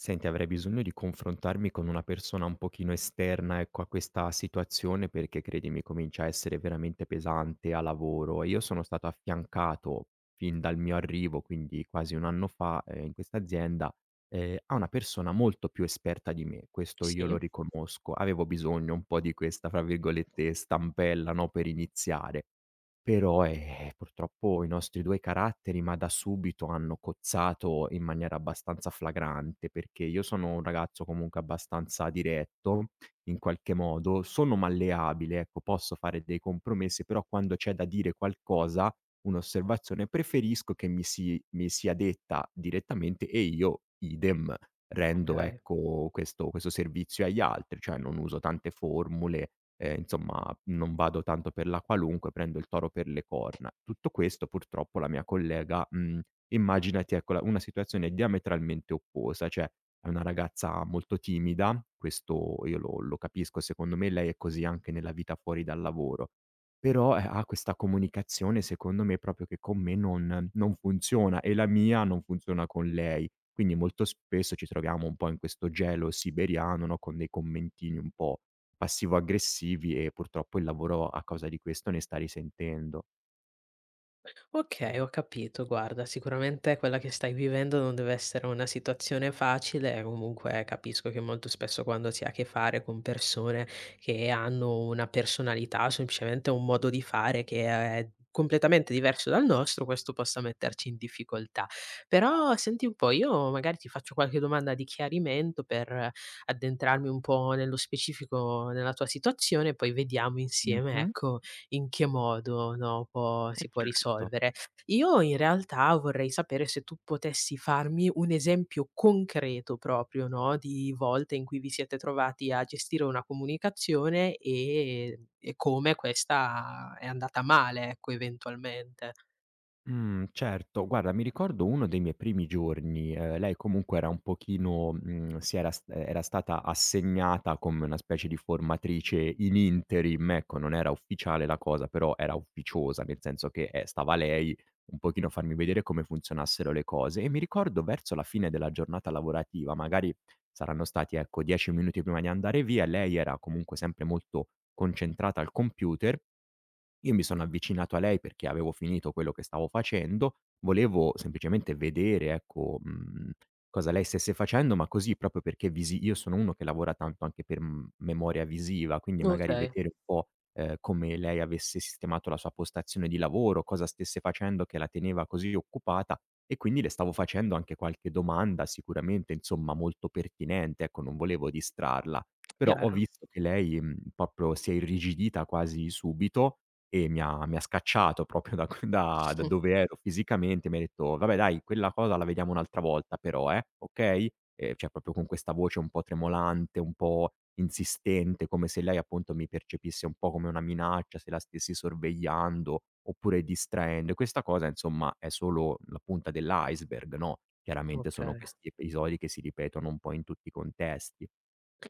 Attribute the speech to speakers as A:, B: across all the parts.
A: Senti, avrei bisogno di confrontarmi con una persona un pochino esterna, ecco, a questa situazione perché credimi comincia a essere veramente pesante a lavoro. Io sono stato affiancato fin dal mio arrivo, quindi quasi un anno fa, in questa azienda, a una persona molto più esperta di me. Questo io
B: Sì?
A: lo riconosco. Avevo bisogno un po' di questa, fra virgolette, stampella, no, per iniziare. Però, purtroppo i nostri 2 caratteri, ma da subito, hanno cozzato in maniera abbastanza flagrante, perché io sono un ragazzo comunque abbastanza diretto, in qualche modo, sono malleabile, ecco, posso fare dei compromessi, però quando c'è da dire qualcosa, un'osservazione, preferisco che mi sia detta direttamente e io idem rendo,
B: Okay.
A: ecco, questo servizio agli altri, cioè non uso tante formule, insomma, non vado tanto per la qualunque, prendo il toro per le corna. Tutto questo purtroppo la mia collega, immaginati ecco la una situazione diametralmente opposta, cioè è una ragazza molto timida, questo io lo capisco, secondo me lei è così anche nella vita fuori dal lavoro, però, ha questa comunicazione secondo me proprio che con me non funziona e la mia non funziona con lei. Quindi molto spesso ci troviamo un po' in questo gelo siberiano, no, con dei commentini un po' passivo-aggressivi e purtroppo il lavoro a causa di questo ne sta risentendo.
B: Okay, ho capito. Guarda, sicuramente quella che stai vivendo non deve essere una situazione facile, comunque capisco che molto spesso quando si ha a che fare con persone che hanno una personalità o semplicemente un modo di fare che è completamente diverso dal nostro, questo possa metterci in difficoltà. Però senti un po', io magari ti faccio qualche domanda di chiarimento per addentrarmi un po' nello specifico nella tua situazione, poi vediamo insieme,
A: Mh-mh.
B: ecco, in che modo, no, può
A: E
B: si può
A: certo.
B: risolvere. Io in realtà vorrei sapere se tu potessi farmi un esempio concreto proprio, no, di volte in cui vi siete trovati a gestire una comunicazione e come questa è andata male, ecco, eventualmente.
A: Mhmm, certo. Guarda, mi ricordo uno dei miei primi giorni. Lei comunque era un pochino, mhmm, si era s era stata assegnata come una specie di formatrice in interim, ecco, non era ufficiale la cosa, però era ufficiosa, nel senso che, stava lei un pochino a farmi vedere come funzionassero le cose, e mi ricordo verso la fine della giornata lavorativa, magari saranno stati, ecco, 10 minuti prima di andare via. Lei era comunque sempre molto concentrata al computer, io mi sono avvicinato a lei perché avevo finito quello che stavo facendo, volevo semplicemente vedere, ecco, cosa lei stesse facendo, ma così proprio perché visi io sono uno che lavora tanto anche per, memoria visiva, quindi magari
B: Okay,
A: vedere un po', come lei avesse sistemato la sua postazione di lavoro, cosa stesse facendo che la teneva così occupata, e quindi le stavo facendo anche qualche domanda sicuramente, insomma, molto pertinente, ecco, non volevo distrarla. Però ho
B: chiaro.
A: visto che lei, proprio si è irrigidita quasi subito, e mi ha scacciato proprio da q da da
B: Mh,
A: dove ero fisicamente, mi ha detto: "Vabbè dai, quella cosa la vediamo un'altra volta però, okay?" Cioè proprio con questa voce un po' tremolante, un po' insistente, come se lei appunto mi percepisse un po' come una minaccia, se la stessi sorvegliando oppure distraendo. E questa cosa insomma è solo la punta dell'iceberg, no, chiaramente sono
B: okay.
A: questi episodi che si ripetono un po' in tutti i contesti.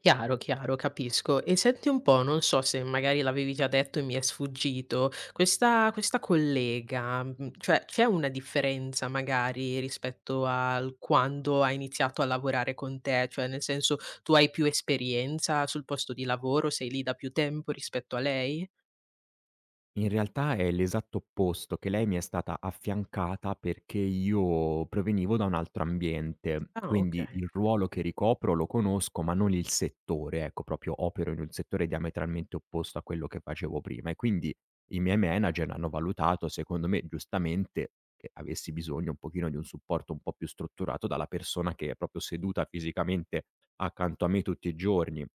B: Chiaro, chiaro, capisco. E senti un po', non so se magari l'avevi già detto e mi è sfuggito, questa collega, cioè c'è una differenza magari rispetto al quando ha iniziato a lavorare con te? Cioè nel senso, tu hai più esperienza sul posto di lavoro, sei lì da più tempo rispetto a lei?
A: In realtà è l'esatto opposto, che lei mi è stata affiancata perché io provenivo da un altro ambiente,
B: Ah
A: quindi
B: okay,
A: il ruolo che ricopro lo conosco, ma non il settore, ecco, proprio opero in un settore diametralmente opposto a quello che facevo prima, e quindi i miei manager hanno valutato, secondo me giustamente, che avessi bisogno un pochino di un supporto un po' più strutturato dalla persona che è proprio seduta fisicamente accanto a me tutti i giorni.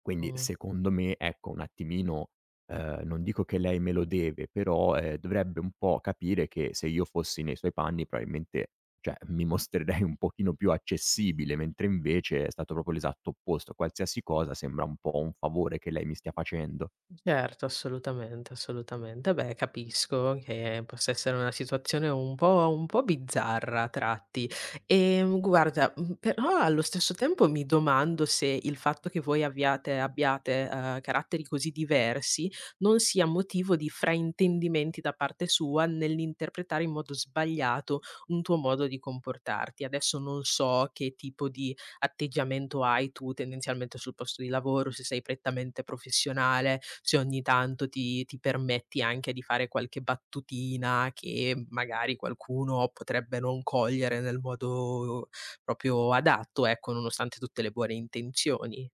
A: Quindi
B: mh.
A: secondo me, ecco, un attimino, non dico che lei me lo deve, però, dovrebbe un po' capire che se io fossi nei suoi panni probabilmente, cioè, mi mostrerei un pochino più accessibile, mentre invece è stato proprio l'esatto opposto. Qualsiasi cosa sembra un po' un favore che lei mi stia facendo.
B: Certo, assolutamente, assolutamente. Beh, capisco che possa essere una situazione un po' bizzarra a tratti. Guarda, però allo stesso tempo mi domando se il fatto che voi abbiate caratteri così diversi non sia motivo di fraintendimenti da parte sua nell'interpretare in modo sbagliato un tuo modo di comportarti. Adesso non so che tipo di atteggiamento hai tu tendenzialmente sul posto di lavoro, se sei prettamente professionale, se ogni tanto ti permetti anche di fare qualche battutina che magari qualcuno potrebbe non cogliere nel modo proprio adatto, ecco, nonostante tutte le buone intenzioni.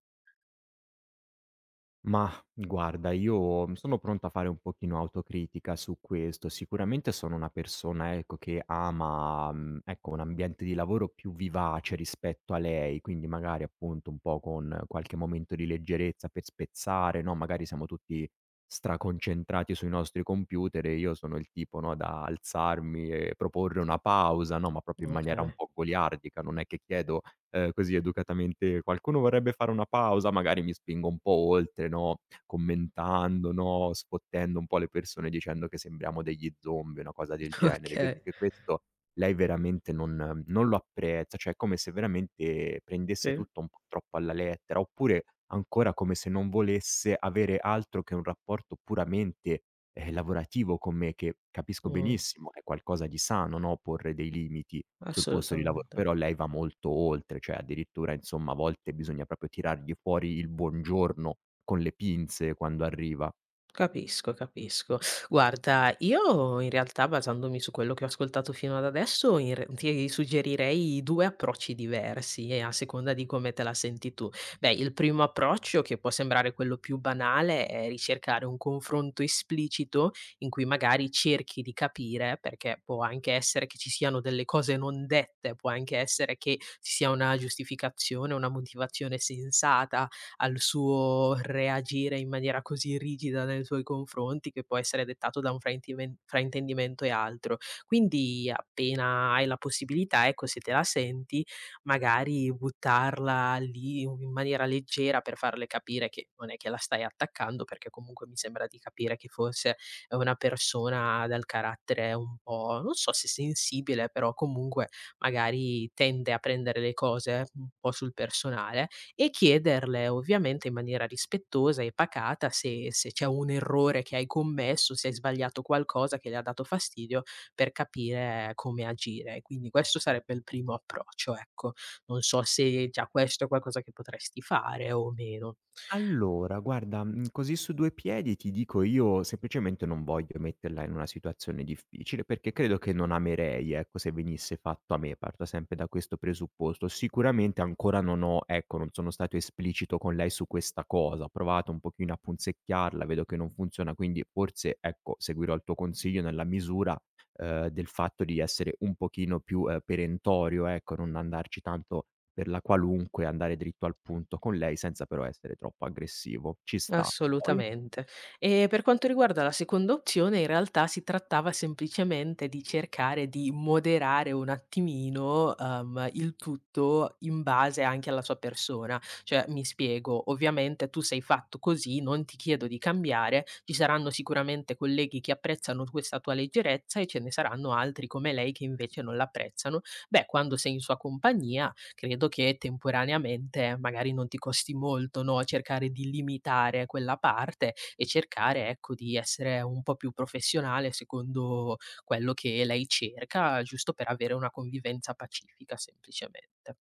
A: Mah, guarda, io, sono pronto a fare un pochino autocritica su questo. Sicuramente sono una persona, ecco, che ama, ecco, un ambiente di lavoro più vivace rispetto a lei, quindi magari appunto un po' con qualche momento di leggerezza per spezzare, no, magari siamo tutti straconcentrati sui nostri computer e io sono il tipo, no, da alzarmi e proporre una pausa, no, ma proprio in maniera
B: Okay.
A: un po' goliardica, non è che chiedo, così educatamente qualcuno vorrebbe fare una pausa, magari mi spingo un po' oltre, no, commentando, no, sfottendo un po' le persone dicendo che sembriamo degli zombie, una cosa del genere. Vedo
B: Okay.
A: che questo lei veramente non lo apprezza, cioè è come se veramente prendesse
B: Sì.
A: tutto un po' troppo alla lettera, oppure ancora come se non volesse avere altro che un rapporto puramente, lavorativo con me, che capisco
B: Mh,
A: benissimo è qualcosa di sano, no, porre dei limiti. Sul posto di lavoro,
B: assolutamente.
A: però lei va molto oltre, cioè addirittura insomma a volte bisogna proprio tirargli fuori il buongiorno con le pinze quando arriva.
B: Capisco, capisco. Guarda, io in realtà basandomi su quello che ho ascoltato fino ad adesso, ti suggerirei due approcci diversi, a seconda di come te la senti tu. Beh, il primo approccio, che può sembrare quello più banale, è ricercare un confronto esplicito in cui magari cerchi di capire, perché può anche essere che ci siano delle cose non dette, può anche essere che ci sia una giustificazione, una motivazione sensata, al suo reagire in maniera così rigida nei tuoi confronti, che può essere dettato da un fraintimen fraintendimento e altro. Quindi appena hai la possibilità, ecco, se te la senti, magari buttarla lì in maniera leggera per farle capire che non è che la stai attaccando, perché comunque mi sembra di capire che forse è una persona dal carattere un po', non so se sensibile, però comunque magari tende a prendere le cose un po' sul personale e chiederle ovviamente in maniera rispettosa e pacata se c'è un errore che hai commesso, se hai sbagliato qualcosa che le ha dato fastidio, per capire come agire. Quindi questo sarebbe il primo approccio, ecco. Non so se già questo è qualcosa che potresti fare o meno.
A: Allora guarda, così su 2 piedi ti dico io semplicemente non voglio metterla in una situazione difficile, perché credo che non amerei, ecco, se venisse fatto a me, parto sempre da questo presupposto. Sicuramente ancora non ho, ecco, non sono stato esplicito con lei su questa cosa, ho provato un pochino a punzecchiarla, vedo che non funziona, quindi forse, ecco, seguirò il tuo consiglio nella misura, del fatto di essere un pochino più, perentorio, ecco, non andarci tanto per la qualunque, andare dritto al punto con lei senza però essere troppo aggressivo. Ci sta. Poi
B: Assolutamente. E per quanto riguarda la seconda opzione, in realtà si trattava semplicemente di cercare di moderare un attimino, il tutto in base anche alla sua persona. Cioè, mi spiego, ovviamente tu sei fatto così, non ti chiedo di cambiare, ci saranno sicuramente colleghi che apprezzano questa tua leggerezza e ce ne saranno altri come lei che invece non l'apprezzano. Beh, quando sei in sua compagnia credo che temporaneamente magari non ti costi molto, no, cercare di limitare quella parte e cercare, ecco, di essere un po' più professionale secondo quello che lei cerca, giusto per avere una convivenza pacifica semplicemente.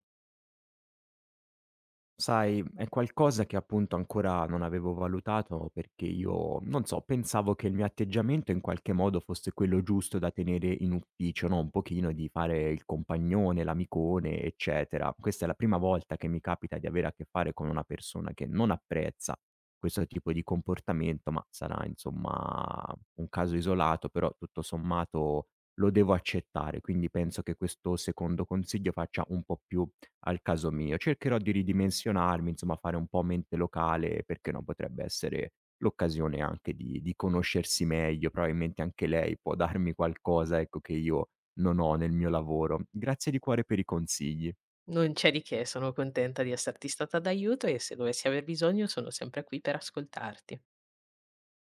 A: sai, è qualcosa che appunto ancora non avevo valutato perché io, non so, pensavo che il mio atteggiamento in qualche modo fosse quello giusto da tenere in ufficio, no? Un pochino di fare il compagnone, l'amicone, eccetera. Questa è la prima volta che mi capita di avere a che fare con una persona che non apprezza questo tipo di comportamento, ma sarà insomma un caso isolato, però tutto sommato lo devo accettare. Quindi penso che questo secondo consiglio faccia un po' più al caso mio. Cercherò di ridimensionarmi, insomma fare un po' mente locale, perché no, potrebbe essere l'occasione anche di conoscersi meglio, probabilmente anche lei può darmi qualcosa, ecco, che io non ho nel mio lavoro. Grazie di cuore per i consigli.
B: Non c'è di che, sono contenta di esserti stata d'aiuto e se dovessi aver bisogno sono sempre qui per ascoltarti.